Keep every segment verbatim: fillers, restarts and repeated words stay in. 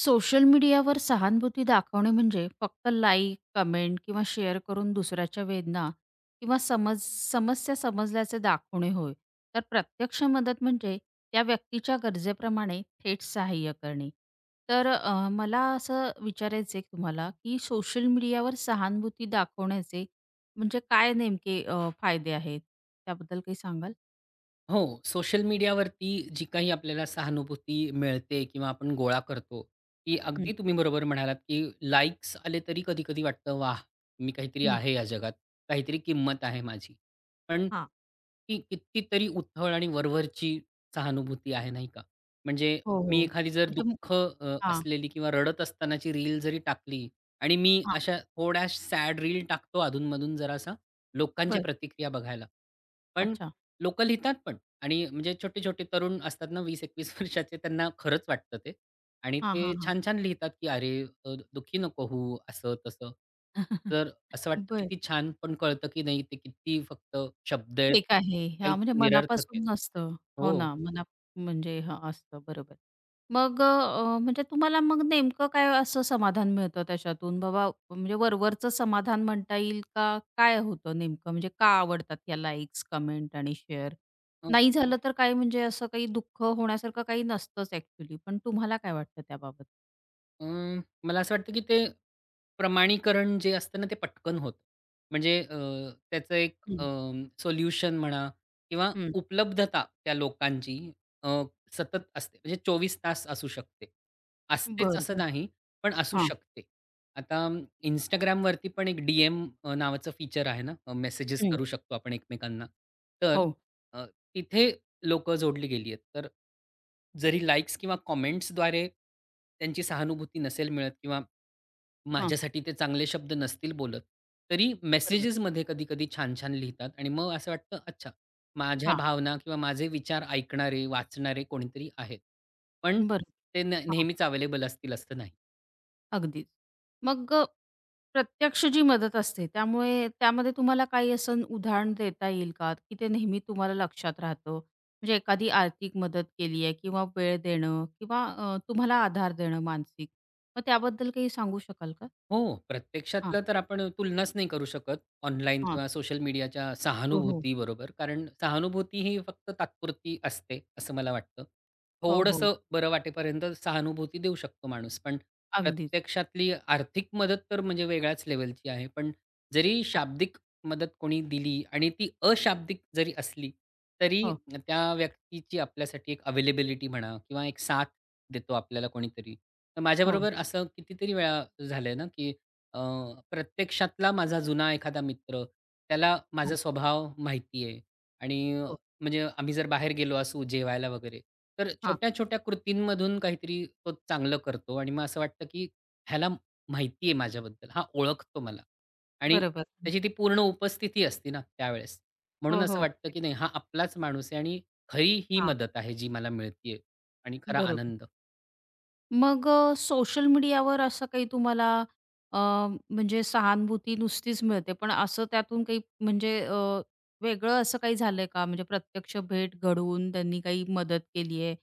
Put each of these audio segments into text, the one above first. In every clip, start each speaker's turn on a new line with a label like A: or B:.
A: Social मीडियावर सहानुभूती दाखवणे म्हणजे फक्त लाईक, कमेंट किंवा शेअर करून दुसऱ्याच्या वेदना किंवा समज समस्या समजल्याचे दाखवणे होय. तर प्रत्यक्ष मदत म्हणजे त्या व्यक्तीच्या गरजेप्रमाणे थेट सहाय्य करणे. तर अ, मला असं विचारायचं आहे तुम्हाला, की सोशल मीडियावर सहानुभूती दाखवण्याचे म्हणजे काय नेमके अ, फायदे आहेत? त्याबद्दल काही सांगाल?
B: हो, सोशल मीडियावरती जी काही आपल्याला सहानुभूती मिळते किंवा आपण गोळा करतो, ती
A: हं.
B: अगदी तुम्ही बरोबर म्हणालात, की लाइक्स आले तरी कधी-कधी वाटतं, "वाह! मी काहीतरी
A: हं.
B: आहे या जगात, काहीतरी किंमत आहे माझी." पण
A: हां.
B: ती कितीतरी उथळ आणि वरवरची सहानुभूती आहे, नाही का? म्हणजे
A: हो,
B: मी
A: हो.
B: एखादी जर
A: म्हणजे
B: दुःख अ,
A: हां,
B: असलेली किंवा रडत असतानाची रील जरी टाकली आणि मी
A: हां.
B: अशा थोड्या सॅड रील टाकतो अधून जरासा लोकांच्या
A: बरं.
B: प्रतिक्रिया बघायला. पण
A: अच्छा.
B: लोकं लिहितात पण, आणि म्हणजे छोटे-छोटे तरुण असतात ना वीस एकवीस वर्षाचे त्यांना खरंच वाटतं ते. आणि
A: हां,
B: ते
A: हां, हां.
B: छान-छान लिहितात, की "अरे, अ, दुःखी नको होऊ," असं-तसं. तर असं वाटतं
A: बरं.
B: किती छान, पण कळतं की नाही ते किती फक्त शब्द आहेत.
A: ठीक आहे. हां,
B: काहीच
A: म्हणजे
B: निरर्थक आहे.
A: मनापासून नसतं. हो
B: हो.
A: ना, मना म्हणजे हां, असतं बरोबर. मग अ, म्हणजे तुम्हाला मग नेमकं काय असं समाधान मिळतं त्याच्यातून? बाबा म्हणजे वरवरचं समाधान म्हणता येईल का? काय होतं नेमकं? म्हणजे का आवडतात या लाइक्स, कमेंट आणि शेअर? नाही झालं तर काय म्हणजे असं काही दुःख होण्यासारखं काही नसतंच ॲक्चुअली. पण तुम्हाला काय वाटतं त्याबाबत?
B: अ, मला असं वाटतं, की ते प्रमाणीकरण जे असतं ना, ते पटकन होतं. म्हणजे अ, त्याचं एक अ,
A: हं,
B: सोल्युशन म्हणा किंवा
A: हं.
B: उपलब्धता त्या लोकांची अ, सतत असते. म्हणजे चोवीस तास असू शकते. असतेच
A: बरं,
B: असं
A: बरं.
B: नाही, पण असू
A: हां.
B: शकते. आता Instagramवरती पण एक डी-एम अ, नावाचं फीचर आहे ना, मेसेजेस
A: हं.
B: करू शकतो आपण एकमेकांना. तर
A: हो.
B: अ, तिथे लोकं जोडली गेली आहेत. तर जरी लाइक्स किंवा कमेंट्सद्वारे त्यांची सहानुभूती नसेल मिळत किंवा
A: हां.
B: माझ्यासाठी ते चांगले शब्द नसतील बोलत, तरी
A: बरोबर.
B: मेसेजेसमध्ये कधी-कधी छान-छान लिहितात आणि मग असं वाटतं, अच्छा, माझ्या
A: हां.
B: भावना किंवा माझे विचार ऐकणारे, वाचणारे कोणीतरी आहेत. पण
A: बरं.
B: ते न
A: हां.
B: नेहमीच अवेलेबल असतील असं नाही.
A: अगदीच. मग प्रत्यक्ष जी मदत असते, त्यामुळे त्यामध्ये तुम्हाला काही असं उदाहरण देता येईल का, की ते नेहमी तुम्हाला लक्षात राहतं? म्हणजे एखादी आर्थिक मदत केली आहे किंवा वेळ देणं किंवा अ, तुम्हाला आधार देणं मानसिक. मग त्याबद्दल काही सांगू शकाल का?
B: हो,
A: हां,
B: प्रत्यक्षातलं तर आपण तुलनाच नाही करू शकत ऑनलाईन
A: हां.
B: किंवा सोशल मीडियाच्या
A: हो, हो.
B: सहानुभूतीबरोबर. कारण सहानुभूती ही फक्त तात्पुरती असते, असं मला वाटतं.
A: हो, हो.
B: थोडंसं बरं वाटेपर्यंत सहानुभूती देऊ शकतो माणूस. पण
A: अगदीच.
B: प्रत्यक्षातली आर्थिक मदत तर म्हणजे वेगळ्याच लेव्हलची आहे. पण जरी
A: हां.
B: शाब्दिक मदत कोणी दिली आणि ती अशाब्दिक जरी असली, तरी
A: हो,
B: त्या व्यक्तीची आपल्यासाठी एक अवेलेबिलिटी म्हणा किंवा एक साथ देतो आपल्याला कोणीतरी. तर
A: हो.
B: माझ्याबरोबर असं कितीतरी वेळा झालंय ना, की अ, प्रत्यक्षातला माझा जुना एखादा मित्र, त्याला
A: हां,
B: माझा स्वभाव माहिती आहे आणि अ,
A: हो.
B: म्हणजे आम्ही जर बाहेर गेलो असू जेवायला वगैरे, तर
A: हां.
B: छोट्या-छोट्या कृतींमधून काहीतरी तो चांगलं करतो आणि मग असं वाटतं, की ह्याला माहिती आहे माझ्याबद्दल, हा ओळखतो मला आणि
A: बरोबर.
B: त्याची
A: ठीक.
B: ती पूर्ण उपस्थिती असते ना त्यावेळेस. म्हणून
A: हो,
B: असं
A: हो.
B: वाटतं, की नाही हा आपलाच माणूस आहे आणि खरी ही
A: हां.
B: मदत आहे जी मला मिळतीये आणि खरा
A: बरोबर.
B: आनंद.
A: मग अ, सोशल मीडियावर असं काही तुम्हाला अ, म्हणजे सहानुभूती नुसतीच मिळते, पण असं त्यातून काही म्हणजे अ, वेगळं असं काही झालंय का? म्हणजे प्रत्यक्ष भेट घडवून त्यांनी काही मदत केली आहे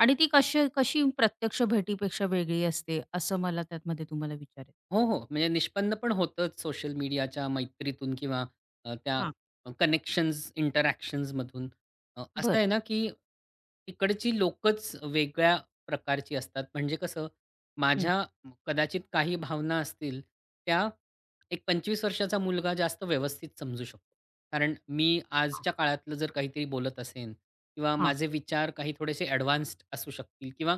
A: आणि ती कशी कशी प्रत्यक्ष भेटीपेक्षा वेगळी असते, असं मला त्यामध्ये तुम्हाला विचारायचं
B: हो, हो. म्हणजे निष्पन्न पण होतंच सोशल मीडियाच्या मैत्रीतून किंवा अ, त्या
A: हां. आहे?
B: कनेक्शन्स, इंटरॅक्शन्समधून. अ, असं आहे ना, की तिकडची लोकच वेगळ्या प्रकारची असतात. म्हणजे कसं
A: हं.
B: माझ्या कदाचित काही भावना असतील, त्या एक पंचवीस वर्षाचा मुलगा जास्त व्यवस्थित समजू शकतो. कारण मी
A: हां.
B: आजच्या काळातलं जर काहीतरी बोलत असेन किंवा
A: हां,
B: माझे विचार काही थोडेसे ॲडव्हान्स्ड असू शकतील किंवा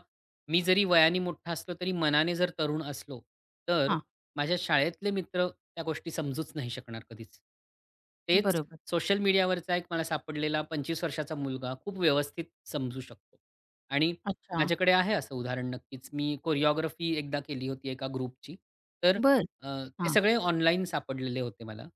B: मी जरी वयाने मोठा असलो, तरी मनाने जर तरुण असलो, तर माझ्या शाळेतले मित्र त्या गोष्टी समजूच नाही शकणार कधीच. तेच
A: बरोबर.
B: सोशल मीडियावरचा एक मला सापडलेला पंचवीस वर्षाचा मुलगा खूप व्यवस्थित समजू शकतो. आणि
A: अच्छा.
B: माझ्याकडे आहे असं उदाहरण नक्कीच. मी कोरिओग्राफी एकदा केली होती एका ग्रुपची. तर
A: बरं.
B: अ, ते
A: हां.
B: सगळे ऑनलाईन सापडलेले होते मला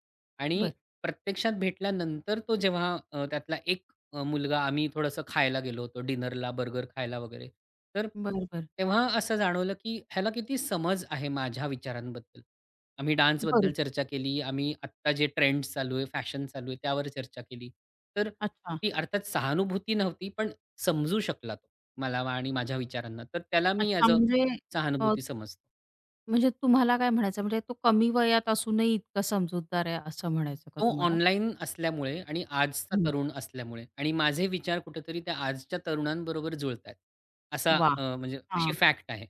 B: आणि
A: बरं.
B: प्रत्यक्षात भेटल्यानंतर तो जेव्हा अ, त्यातला एक अ, मुलगा आम्ही थोडंसं खायला गेलो होतो डिनरला, बर्गर खायला वगैरे. तर
A: बरोबर.
B: तेव्हा असं जाणवलं, की ह्याला किती समज आहे माझ्या विचारांबद्दल. आम्ही डान्सबद्दल
A: बरोबर.
B: चर्चा केली. आम्ही आत्ता जे ट्रेंड्स चालू आहे, फॅशन चालू आहे, त्यावर चर्चा केली. तर
A: अच्छा.
B: ती अर्थात सहानुभूती नव्हती, पण समजू शकला तो मला आणि माझ्या विचारांना. तर त्याला मी
A: अच्छा.
B: ॲज अ
A: म्हणजे
B: सहानुभूती समजतो.
A: म्हणजे तुम्हाला काय म्हणायचं म्हणजे तो कमी वयात असूनही इतका समजूतदार आहे असं म्हणायचं का
B: तो
A: तुम्हाला?
B: ऑनलाईन असल्यामुळे आणि आजचा
A: हं.
B: तरुण असल्यामुळे आणि माझे विचार कुठेतरी त्या आजच्या तरुणांबरोबर जुळतायत. असा
A: वाह!
B: अ, म्हणजे अशी
A: हां.
B: फॅक्ट आहे.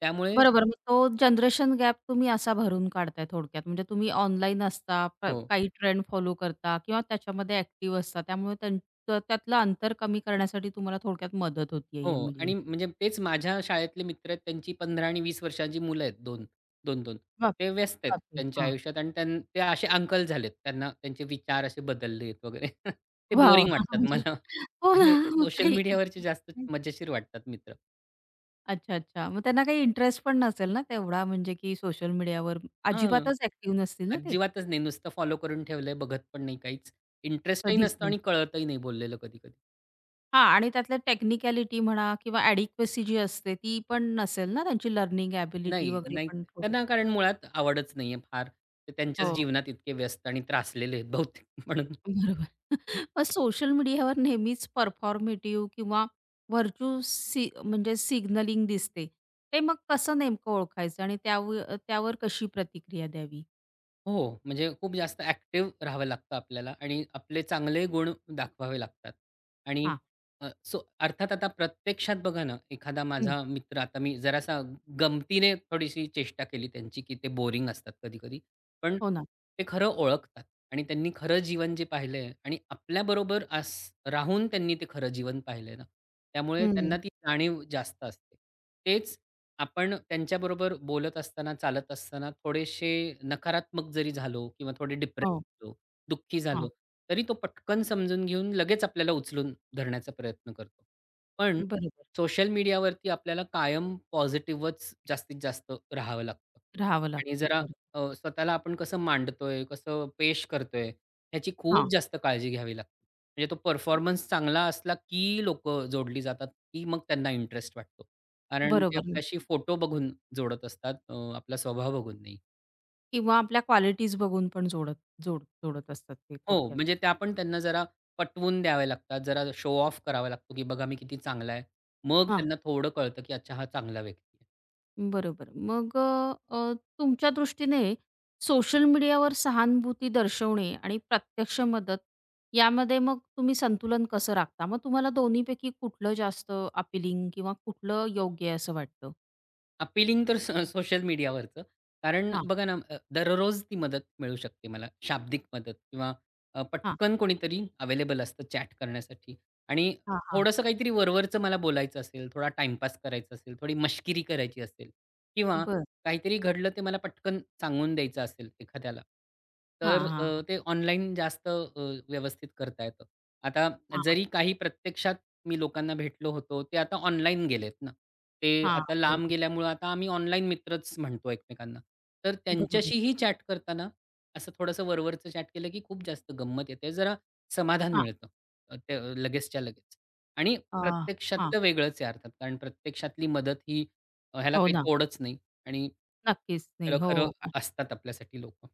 B: त्यामुळे
A: बरोबर मग तो जनरेशन गॅप तुम्ही असा भरून काढताय थोडक्यात. म्हणजे तुम्ही ऑनलाईन असता, प
B: हो,
A: काही ट्रेंड फॉलो करता किंवा त्याच्यामध्ये ॲक्टिव्ह असता. त्यामुळे त्यांचं त्यातलं अंतर कमी करण्यासाठी तुम्हाला थोडक्यात मदत होतीये
B: हो
A: या मीडिया
B: आणि म्हणजे तेच माझ्या शाळेतले मित्र आहेत त्यांची पंधरा आणि वीस वर्षांची मुलं आहेत दोन-दोन दोन
A: बाप
B: ते व्यस्त आहेत
A: बापरे!
B: त्यांच्या
A: हां.
B: आयुष्यात आणि त्यां ते असे अंकल झालेत. त्यांना त्यांचे विचार असे बदललेत वगैरे. ते
A: वाह! वाह!
B: बोरिंग वाटतात
A: म्हणजे
B: मला.
A: हो ना,
B: म्हणजे
A: मग
B: सोशल
A: काही
B: मीडियावरचे जास्त मजेशीर वाटतात मित्र.
A: अच्छा, अच्छा. मग त्यांना काही इंटरेस्ट पण नसेल ना तेवढा म्हणजे की सोशल मीडियावर
B: हां.
A: अजिबातच ॲक्टिव्ह नसतील ना ते?
B: अजिबातच नाही. नुसतं फॉलो करून ठेवलंय, बघत पण नाही काहीच. इंटरेस्टही
A: कधीच
B: नसतं
A: नाही.
B: आणि कळतही नाही बोललेलं कधी-कधी.
A: हां आणि त्यातलं टेक्निकॅलिटी म्हणा किंवा ॲडिक्वेसी जी असते ती पण नसेल ना त्यांची लर्निंग एबिलिटी
B: नाही,
A: वगैरे
B: नाही.
A: पण थोडं
B: त्यांना कारण मुळात आवडच नाहीये फार. ते त्यांच्याच
A: हो,
B: जीवनात इतके व्यस्त आणि त्रासलेले आहेत बहुतेक म्हणून.
A: बरोबर. मग सोशल मीडियावर नेहमीच परफॉर्मेटिव्ह किंवा व्हर्च्यू सि म्हणजे सिग्नलिंग दिसते. ते मग कसं नेमकं ओळखायचं आणि त्याव त्यावर कशी प्रतिक्रिया द्यावी?
B: हो, म्हणजे खूप जास्त ॲक्टिव्ह राहावं लागतं आपल्याला आणि आपले चांगले गुण दाखवावे लागतात. आणि
A: हां.
B: अ, सो अर्थात आता प्रत्यक्षात बघा ना, एखादा
A: हं.
B: माझा मित्र आता मी जरासा गमतीने थोडीशी चेष्टा केली त्यांची, की ते बोरिंग असतात कधी-कधी. पण
A: हो ना.
B: ते खरं ओळखतात आणि त्यांनी खरं जीवन जे पाहिलंय आणि आपल्याबरोबर आस राहून त्यांनी ते खरं जीवन पाहिलंय ना, त्यामुळे त्यांना
A: हं.
B: ती जाणीव जास्त असते. तेच आपण त्यांच्याबरोबर बोलत असताना, चालत असताना थोडेसे नकारात्मक जरी झालो किंवा थोडे डिप्रेस
A: हो,
B: झालो, दुःखी झालो,
A: हां.
B: तरी तो पटकन समजून घेऊन लगेच आपल्याला उचलून धरण्याचा प्रयत्न करतो. पण
A: बरोबर
B: सोशल मीडियावरती आपल्याला कायम पॉझिटिव्हच जास्तीत जास्त राहावं लागतं
A: राहावं
B: आणि
A: लागतं.
B: जरा
A: बरोबर.
B: अ, स्वतःला आपण कसं मांडतोय, कसं पेश करतोय, ह्याची खूप
A: हां,
B: जास्त काळजी घ्यावी लागते. म्हणजे तो परफॉर्मन्स चांगला असला की लोकं जोडली जातात, की मग त्यांना इंटरेस्ट वाटतो. कारण ते
A: बरोबर
B: आपल्याशी फोटो बघून जोडत असतात, अ, आपला स्वभाव बघून नाही.
A: किंवा आपल्या क्वालिटीज बघून पण जोडत जोड जोडत असतात ते
B: हो,
A: थोडक्यात.
B: म्हणजे त्या पण त्यांना जरा पटवून द्यावे लागतात. जरा शो ऑफ करावा लागतो, की बघा मी किती चांगला आहे. मग
A: हां.
B: त्यांना थोडं कळतं, की अच्छा हा चांगला व्यक्ती आहे.
A: बरोबर. मग अ, अ, तुमच्या दृष्टीने सोशल मीडियावर सहानुभूती दर्शवणे आणि प्रत्यक्ष मदत यामध्ये मग तुम्ही संतुलन कसं राखता? मग तुम्हाला दोन्हीपैकी कुठलं जास्त अपीलिंग किंवा कुठलं योग्य आहे असं वाटतं?
B: अपीलिंग तर स सोशल मीडियावरचं. कारण
A: हां,
B: हं. बघा ना, अ, दररोज ती मदत मिळू शकते मला. शाब्दिक मदत किंवा अ,
A: हां,
B: पटकन कोणीतरी अवेलेबल असतं चॅट करण्यासाठी आणि
A: हां, हां.
B: थोडंसं काहीतरी वरवरचं मला बोलायचं असेल, थोडा टाईमपास करायचा असेल, थोडी मश्किरी करायची असेल किंवा
A: बरं.
B: काहीतरी घडलं ते मला पटकन सांगून द्यायचं असेल एखाद्याला,
A: हां,
B: तर
A: हां,
B: अ,
A: हां,
B: ते ऑनलाईन जास्त अ, व्यवस्थित करता येतं. आता
A: हां,
B: जरी काही प्रत्यक्षात मी लोकांना भेटलो होतो, ते आता ऑनलाईन गेलेत ना. ते
A: हां.
B: आता लांब
A: बरोबर,
B: गेल्यामुळं आता आम्ही ऑनलाईन मित्रच म्हणतो एकमेकांना. तर
A: बरोबर.
B: त्यांच्याशीही चॅट करताना असं थोडंसं वरवरचं चॅट केलं, की खूप जास्त गंमत येते. जरा समाधान
A: हां,
B: मिळतं अ, ते अ, लगेचच्या लगेच. आणि
A: अ, हां.
B: प्रत्यक्षातलं वेगळंच आहे अर्थात. कारण प्रत्यक्षातली मदत ही अ, ह्याला
A: हो
B: काही
A: ना.
B: तोडच नाही आणि
A: नक्कीच नाही.
B: खरं,
A: हो.
B: खरं असतात आपल्यासाठी लोकं.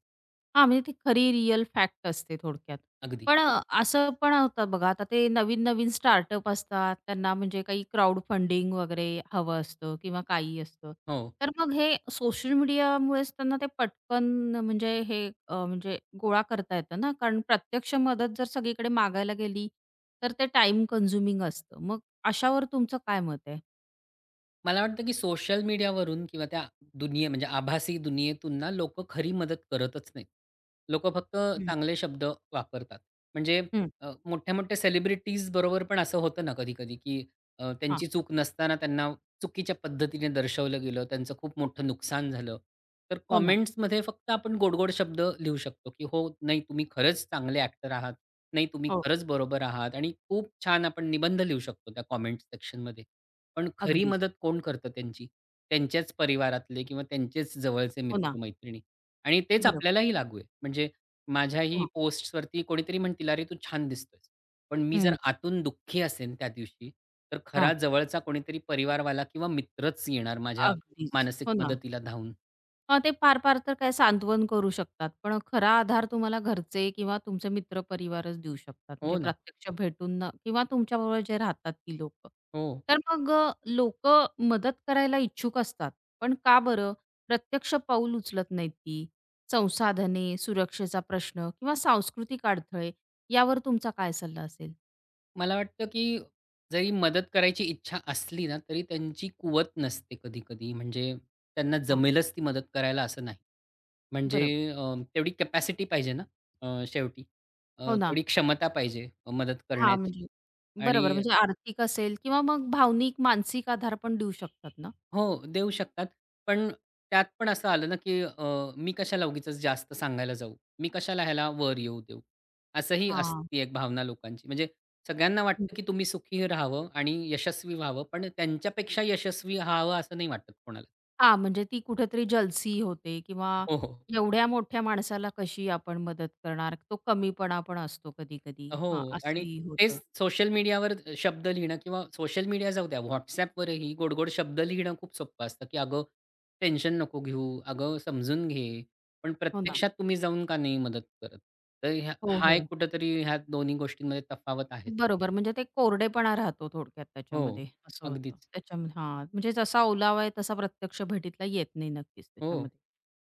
A: हां, म्हणजे ती खरी रिअल फॅक्ट असते थोडक्यात.
B: अगदी.
A: पण अ, असं पण होतं बघा, आता ते नवीन-नवीन स्टार्टअप असतात, त्यांना म्हणजे काही क्राउड फंडिंग वगैरे हवं असतं किंवा काही असतं.
B: हो.
A: तर मग हे सोशल मीडियामुळेच त्यांना ते पटकन म्हणजे हे अ, म्हणजे गोळा करता येतं ना, कारण प्रत्यक्ष मदत जर सगळीकडे मागायला गेली, तर ते टाईम कन्झ्युमिंग असतं. मग अशावर तुमचं काय मत आहे?
B: मला वाटतं की सोशल मीडियावरून किंवा त्या दुनिये म्हणजे आभासी दुनियेतून ना लोकं खरी मदत करतच नाहीत. लोकं फक्त
A: हं,
B: चांगले शब्द वापरतात. म्हणजे
A: हं.
B: अ, मोठ्या-मोठ्या सेलिब्रिटीज बरोबर पण असं होतं ना कधी-कधी की अ,
A: हां.
B: त्यांची चूक नसताना त्यांना चुकीच्या पद्धतीने दर्शवलं गेलं. त्यांचं खूप मोठं नुकसान झालं. तर
A: हो ना.
B: कमेंट्समध्ये फक्त आपण गोड शब्द लिहू शकतो की "हो, नाही तुम्ही खरंच चांगले ॲक्टर आहात. नाही तुम्ही
A: हो.
B: खरंच बरोबर आहात." आणि खूप छान आपण निबंध लिहू शकतो त्या कमेंट सेक्शनमध्ये. पण खरी
A: अगदीच.
B: मदत कोण करतं त्यांची? त्यांच्याच परिवारातले किंवा त्यांचेच जवळचे
A: हो ना.
B: मित्र-मैत्रिणी आणि तेच
A: बरोबर.
B: आपल्यालाही लागू आहे. म्हणजे माझ्याही
A: हां.
B: पोस्ट्सवरती कोणीतरी म्हणतील, "अरे, तू छान दिसतोयस." पण मी जर
A: हं.
B: आतून दुःखी असेन त्या दिवशी, तर खरा
A: हां.
B: जवळचा कोणीतरी परिवारवाला किंवा मित्रच येणार माझ्या
A: अगदीच.
B: मानसिक
A: हो ना.
B: मदतीला धावून.
A: हां, ते फार-फार तर काय सांत्वन करू शकतात. पण खरा आधार तुम्हाला घरचे किंवा तुमचे मित्रपरिवारच देऊ शकतात.
B: हो
A: म्हणजे
B: ना.
A: प्रत्यक्ष भेटून न किंवा तुमच्याबरोबर जे राहतात ती लोक.
B: हो.
A: तर मग लोक लोकं मदत करायला इच्छुक असतात. पण का बरं प्रत्यक्ष पाऊल उचलत नाहीत ती? संसाधने, सुरक्षेचा प्रश्न किंवा सांस्कृतिक अडथळे यावर तुमचा काय सल्ला असेल?
B: मला वाटतं, की जरी मदत करायची इच्छा असली ना, तरी त्यांची कुवत नसते कधी-कधी. म्हणजे त्यांना
A: हां,
B: जमेलच ती मदत करायला असं नाही. म्हणजे
A: बरोबर.
B: अ, तेवढी कॅपॅसिटी पाहिजे ना अ, शेवटी. अ,
A: हो ना.
B: तेवढी क्षमता पाहिजे अ, मदत
A: हां,
B: करण्याची
A: म्हणजे बरोबर.
B: आणि
A: म्हणजे आर्थिक असेल किंवा मग भावनिक, मानसिक आधार पण देऊ शकतात ना?
B: हो, देऊ शकतात. पण त्यात पण असं आलं ना, की अ, मी कशाला उगीचच जास्त सांगायला जाऊ? मी कशाला ह्याला वर येऊ देऊ? असंही
A: हां.
B: असते एक भावना लोकांची. म्हणजे सगळ्यांना वाटतं, की तुम्ही सुखी राहावं आणि यशस्वी व्हावं, पण त्यांच्यापेक्षा यशस्वी व्हावं असं नाही वाटत कोणाला.
A: हां, म्हणजे ती कुठेतरी जलसी होते किंवा
B: हो, हो.
A: एवढ्या मोठ्या माणसाला कशी आपण मदत करणार? तो कमीपणा पण असतो कधी-कधी. हां,
B: हो. आणि
A: असंही
B: तेच
A: होतं.
B: सोशल मीडियावर शब्द लिहिणं किंवा सोशल मीडिया जाऊ द्या, WhatsAppवरही गोड-गोड शब्द लिहिणं खूप सोपं असतं, की "अगं, टेन्शन नको घेऊ. अगं, समजून घे." पण
A: हो ना.
B: प्रत्यक्षात तुम्ही जाऊन का नाही मदत करत? तर ह्या
A: हो,
B: हा एक
A: हो.
B: कुठेतरी ह्या दोन्ही गोष्टींमध्ये तफावत आहे.
A: बरोबर, म्हणजे ते कोरडेपणा राहतो थोडक्यात
B: हो.
A: त्याच्यामध्ये. असं होतं.
B: अगदीच.
A: त्याच्यामध्ये हां, म्हणजे जसा ओलावा आहे तसा प्रत्यक्ष भेटीतला येत नाही नक्कीच
B: हो,
A: त्याच्यामध्ये.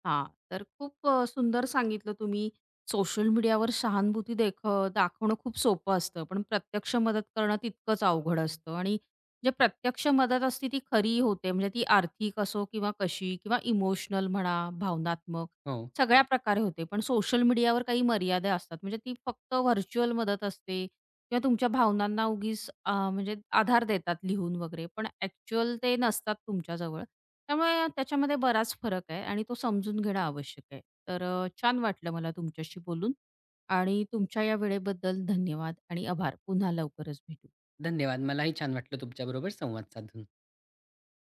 A: हां, तर खूप अ, सुंदर सांगितलं तुम्ही. सोशल मीडियावर सहानुभूती देख अ, दाखवणं खूप सोपं असतं, पण प्रत्यक्ष मदत करणं तितकंच अवघड असतं आणि जे प्रत्यक्ष मदत असते ती खरी होते, म्हणजे ती आर्थिक असो किंवा कशी किंवा इमोशनल म्हणा, भावनात्मक
B: हो.
A: सगळ्या प्रकारे होते. पण सोशल मीडियावर काही मर्यादा असतात, म्हणजे ती फक्त व्हर्चुअल मदत असते किंवा तुमच्या भावनांना उगीच अ, म्हणजे आधार देतात लिहून वगैरे, पण ॲक्चुअल ते नसतात तुमच्याजवळ. त्यामुळे त्याच्यामध्ये बराच फरक आहे आणि तो समजून घेणं आवश्यक आहे. तर अ, छान वाटलं मला तुमच्याशी बोलून आणि तुमच्या या वेळेबद्दल धन्यवाद आणि आभार. पुन्हा लवकरच भेटू.
B: धन्यवाद. मलाही छान वाटलं तुमच्याबरोबर संवाद साधून.